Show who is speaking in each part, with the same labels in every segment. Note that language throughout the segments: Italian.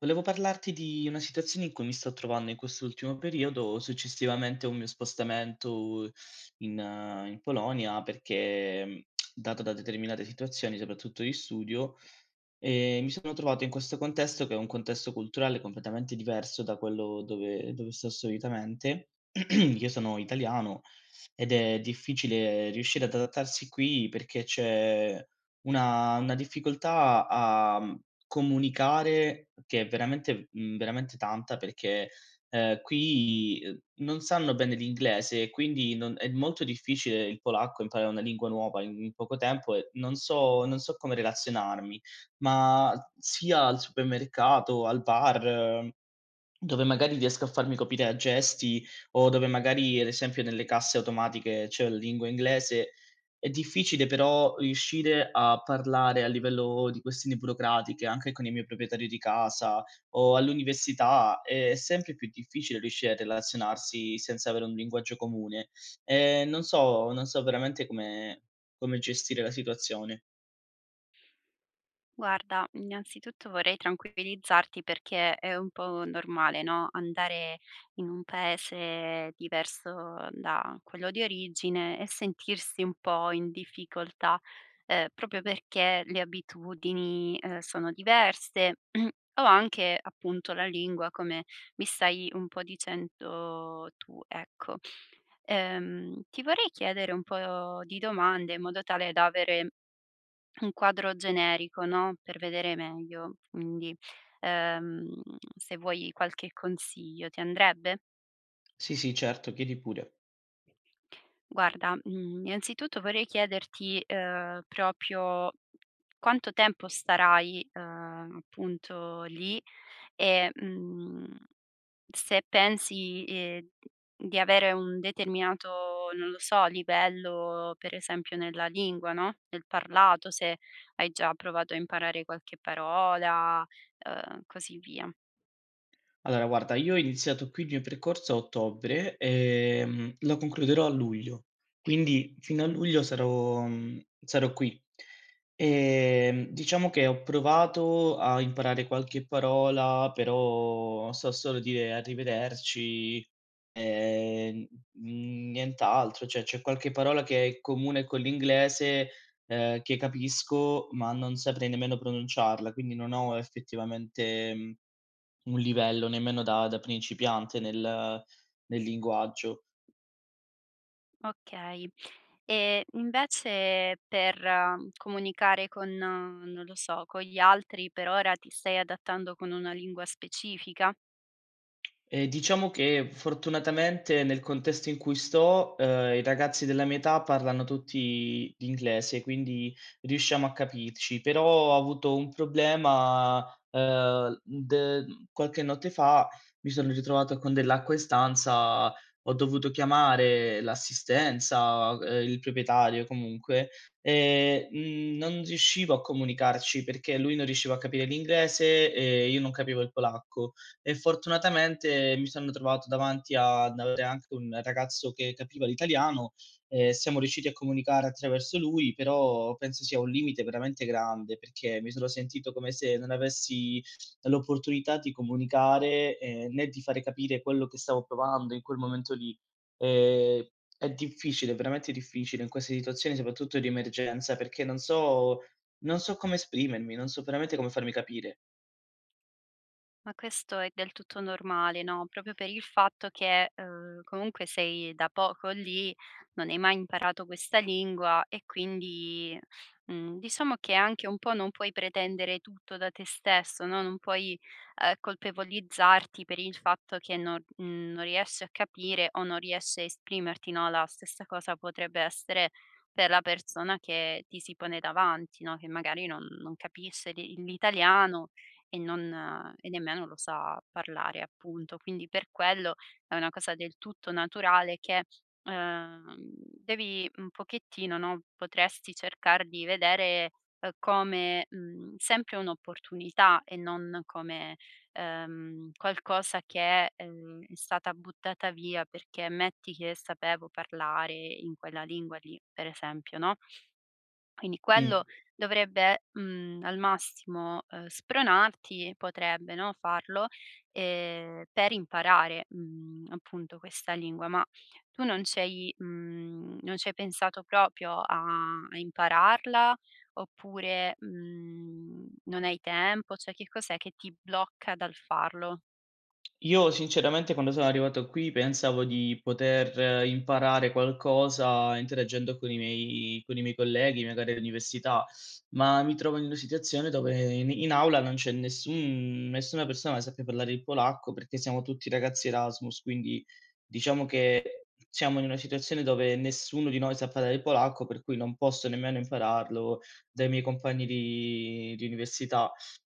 Speaker 1: Volevo parlarti di una situazione in cui mi sto trovando in quest'ultimo periodo, successivamente a un mio spostamento in, in Polonia, perché dato da determinate situazioni, soprattutto di studio, mi sono trovato in questo contesto che è un contesto culturale completamente diverso da quello dove sto solitamente. Io sono italiano ed è difficile riuscire ad adattarsi qui perché c'è una difficoltà a comunicare che è veramente veramente tanta perché, qui, non sanno bene l'inglese e quindi non è molto difficile il polacco, imparare una lingua nuova in poco tempo e non so come relazionarmi, ma sia al supermercato, al bar dove magari riesco a farmi capire a gesti o dove magari, ad esempio, nelle casse automatiche c'è la lingua inglese, è difficile però riuscire a parlare a livello di questioni burocratiche anche con il mio proprietario di casa o all'università, è sempre più difficile riuscire a relazionarsi senza avere un linguaggio comune. Non so veramente come come gestire la situazione.
Speaker 2: Guarda, innanzitutto vorrei tranquillizzarti perché è un po' normale, no, andare in un paese diverso da quello di origine e sentirsi un po' in difficoltà, proprio perché le abitudini, sono diverse o anche appunto la lingua, come mi stai un po' dicendo tu, ecco. Ti vorrei chiedere un po' di domande in modo tale da avere un quadro generico, no, per vedere meglio. Quindi, ehm, se vuoi qualche consiglio, ti andrebbe?
Speaker 1: Sì, sì, certo, chiedi pure.
Speaker 2: Guarda, innanzitutto vorrei chiederti, proprio quanto tempo starai, appunto lì e, mhmm se pensi, di avere un determinato, non lo so, livello per esempio nella lingua, no, nel parlato, se hai già provato a imparare qualche parola, così via.
Speaker 1: Allora guarda, io ho iniziato qui il mio percorso a ottobre, lo concluderò a luglio, quindi fino a luglio sarò sarò qui. Diciamo che ho provato a imparare qualche parola, però so solo dire arrivederci, ehm, nient'altro. Cioè, c'è qualche parola che è comune con l'inglese, che capisco, ma non saprei nemmeno pronunciarla, quindi non ho effettivamente, mhmm un livello, nemmeno da principiante nel nel linguaggio.
Speaker 2: Okay. E invece per comunicare con non lo so, con gli altri per ora ti stai adattando con una lingua specifica?
Speaker 1: Diciamo che fortunatamente nel contesto in cui sto, i ragazzi della mia età parlano tutti l'inglese, quindi riusciamo a capirci. Però ho avuto un problema, de qualche notte fa mi sono ritrovato con dell'acqua in stanza, ho dovuto chiamare l'assistenza, il proprietario comunque, e, non riuscivo a comunicarci perché lui non riusciva a capire l'inglese e io non capivo il polacco e fortunatamente mi sono trovato davanti ad avere anche un ragazzo che capiva l'italiano e siamo riusciti a comunicare attraverso lui, però penso sia un limite veramente grande perché mi sono sentito come se non avessi l'opportunità di comunicare, né di fare capire quello che stavo provando in quel momento lì. Ehm, è difficile, veramente difficile in queste situazioni, soprattutto di emergenza, perché non so come esprimermi, non so veramente come farmi capire.
Speaker 2: Ma questo è del tutto normale, no, proprio per il fatto che, comunque sei da poco lì, non hai mai imparato questa lingua e quindi, diciamo che anche un po' non puoi pretendere tutto da te stesso, no, non puoi, colpevolizzarti per il fatto che non riesci a capire o non riesci a esprimerti, no, la stessa cosa potrebbe essere per la persona che ti si pone davanti, no, che magari non capisce l'italiano e non nemmeno lo sa parlare appunto. Quindi per quello è una cosa del tutto naturale che, ehm, devi un pochettino, no, potresti cercar di vedere, come, sempre un'opportunità e non come, qualcosa che, è stata buttata via perché metti che sapevo parlare in quella lingua lì, per esempio, no? Quindi
Speaker 1: Mh.
Speaker 2: quello dovrebbe, al massimo, spronarti potrebbe, no, farlo, per imparare, appunto questa lingua. Ma tu non c'hai pensato proprio a impararla oppure, non hai tempo? Cioè che cos'è che ti blocca dal farlo?
Speaker 1: Io sinceramente quando sono arrivato qui pensavo di poter imparare qualcosa interagendo con i miei colleghi, magari all'università, ma mi trovo in una situazione dove in aula non c'è nessuna persona che sappia parlare il polacco, perché siamo tutti ragazzi Erasmus, quindi diciamo che siamo in una situazione dove nessuno di noi sa parlare il polacco, per cui non posso nemmeno impararlo dai miei compagni di università.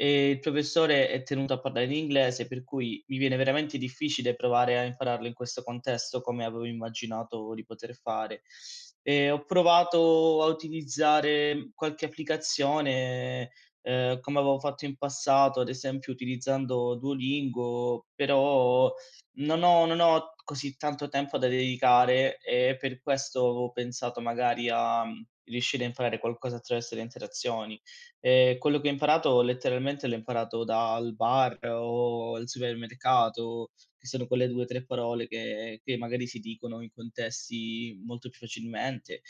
Speaker 1: Il professore è tenuto a parlare in inglese, per cui mi viene veramente difficile provare a impararlo in questo contesto come avevo immaginato di poter fare. Ho provato a utilizzare qualche applicazione, come avevo fatto in passato, ad esempio utilizzando Duolingo, però non ho così tanto tempo da dedicare e per questo avevo pensato magari a, riuscire a imparare qualcosa attraverso le interazioni. Quello che ho imparato letteralmente l'ho imparato dal bar o al supermercato, che sono quelle 2, 3 parole che magari si dicono in contesti molto più facilmente.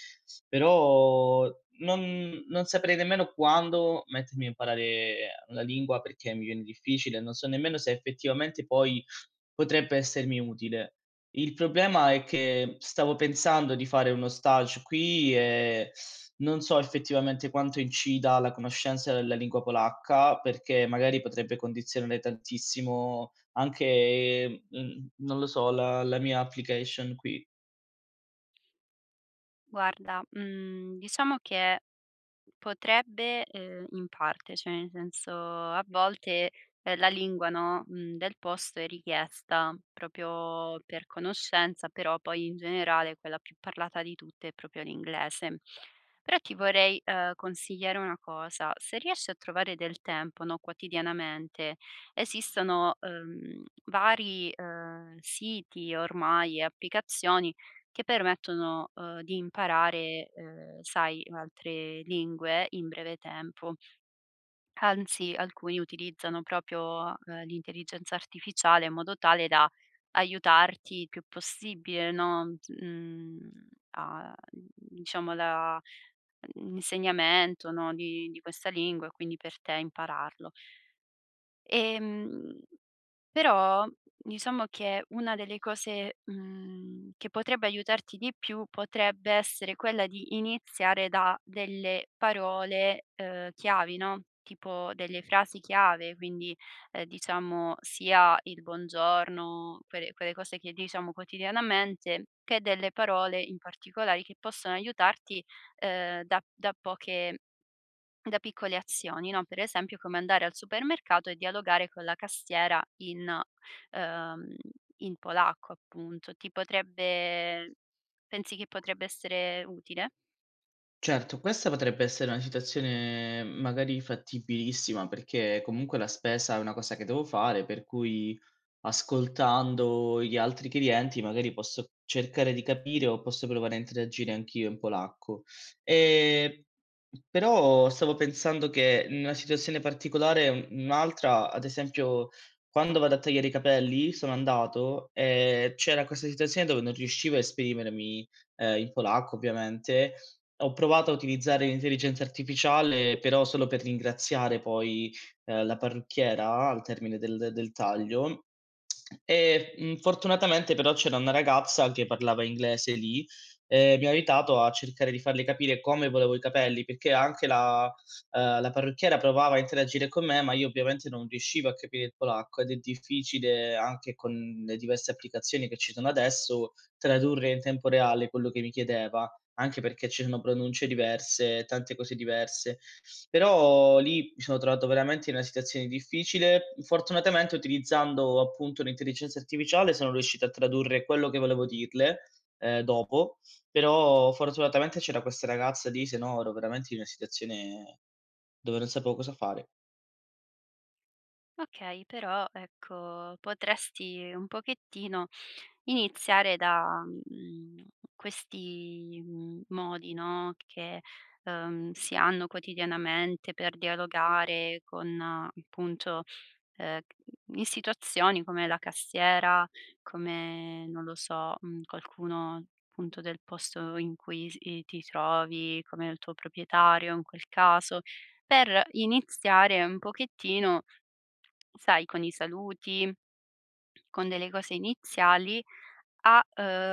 Speaker 1: Però non saprei nemmeno quando mettermi a imparare una lingua perché mi viene difficile, non so nemmeno se effettivamente poi potrebbe essermi utile. Il problema è che stavo pensando di fare uno stage qui e non so effettivamente quanto incida la conoscenza della lingua polacca, perché magari potrebbe condizionare tantissimo anche, non lo so, la mia application qui.
Speaker 2: Guarda, diciamo che potrebbe, in parte, cioè nel senso a volte, la lingua, no, del posto è richiesta proprio per conoscenza, però poi in generale quella più parlata di tutte è proprio l'inglese. Però ti vorrei, consigliare una cosa: se riesci a trovare del tempo, no, quotidianamente, esistono, vari, siti ormai e applicazioni che permettono, di imparare, sai, altre lingue in breve tempo. Anzi, alcuni utilizzano proprio, l'intelligenza artificiale in modo tale da aiutarti il più possibile, no, a diciamo la l'insegnamento, no, di questa lingua e quindi per te impararlo. Ehm però, diciamo che una delle cose, che potrebbe aiutarti di più, potrebbe essere quella di iniziare da delle parole, chiavi, no, tipo delle frasi chiave, quindi, diciamo sia il buongiorno, quelle cose che diciamo quotidianamente, che delle parole in particolare che possono aiutarti, uhm, da da poche da piccole azioni, no, per esempio come andare al supermercato e dialogare con la cassiera ehm, in polacco appunto. Ti potrebbe Pensi che potrebbe essere utile?
Speaker 1: Certo, questa potrebbe essere una situazione magari fattibilissima, perché comunque la spesa è una cosa che devo fare, per cui ascoltando gli altri clienti magari posso cercare di capire o posso provare a interagire anch'io in polacco. Ehm, però stavo pensando che in una situazione particolare un'altra, ad esempio quando vado a tagliare i capelli sono andato e c'era questa situazione dove non riuscivo a esprimermi, in polacco ovviamente, ho provato a utilizzare l'intelligenza artificiale, però solo per ringraziare poi, la parrucchiera al termine del taglio e, fortunatamente però c'era una ragazza che parlava inglese lì e mi ha aiutato a cercare di farle capire come volevo i capelli, perché anche la la parrucchiera provava a interagire con me, ma io ovviamente non riuscivo a capire il polacco ed è difficile anche con le diverse applicazioni che ci sono adesso, tradurre in tempo reale quello che mi chiedeva. Anche perché ci sono pronunce diverse, tante cose diverse. Però lì mi sono trovato veramente in una situazione difficile. Fortunatamente utilizzando appunto l'intelligenza artificiale sono riuscito a tradurre quello che volevo dirle, dopo, però fortunatamente c'era questa ragazza lì, se no ero veramente in una situazione dove non sapevo cosa fare.
Speaker 2: Okay, però ecco potresti un pochettino iniziare da, questi, modi, no, che, si hanno quotidianamente per dialogare con appunto, ehm, in situazioni come la cassiera, come non lo so, qualcuno appunto del posto in cui s i ti trovi, come il tuo proprietario in quel caso, per iniziare un pochettino, sai, con i saluti, con delle cose iniziali a,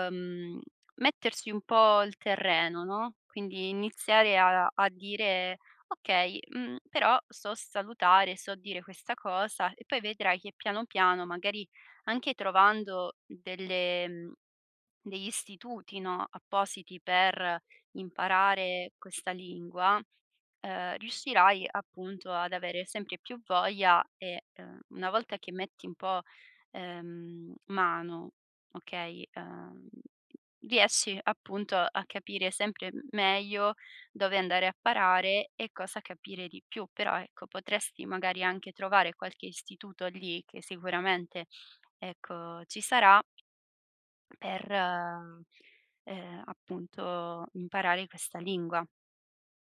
Speaker 2: mettersi un po' il terreno, no, quindi iniziare a dire: "Okay, però so salutare, so dire questa cosa" e poi vedrai che piano piano, magari anche trovando delle mhmm degli istituti, no, appositi per imparare questa lingua, riuscirai appunto ad avere sempre più voglia e, una volta che metti un po', mano, okay, riesci appunto a capire sempre meglio dove andare a parare e cosa capire di più. Però ecco, potresti magari anche trovare qualche istituto lì che sicuramente, ecco, ci sarà per, appunto, imparare questa lingua.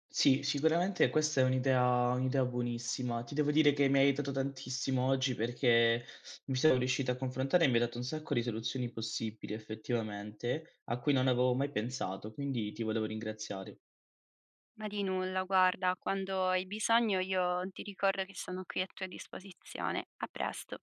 Speaker 1: Sì, sicuramente questa è un'idea buonissima. Ti devo dire che mi ha aiutato tantissimo oggi perché mi sono riuscito a confrontare e mi hai dato un sacco di soluzioni possibili effettivamente, a cui non avevo mai pensato, quindi ti volevo ringraziare.
Speaker 2: Ma di nulla, guarda, quando hai bisogno io ti ricordo che sono qui a tua disposizione. A presto.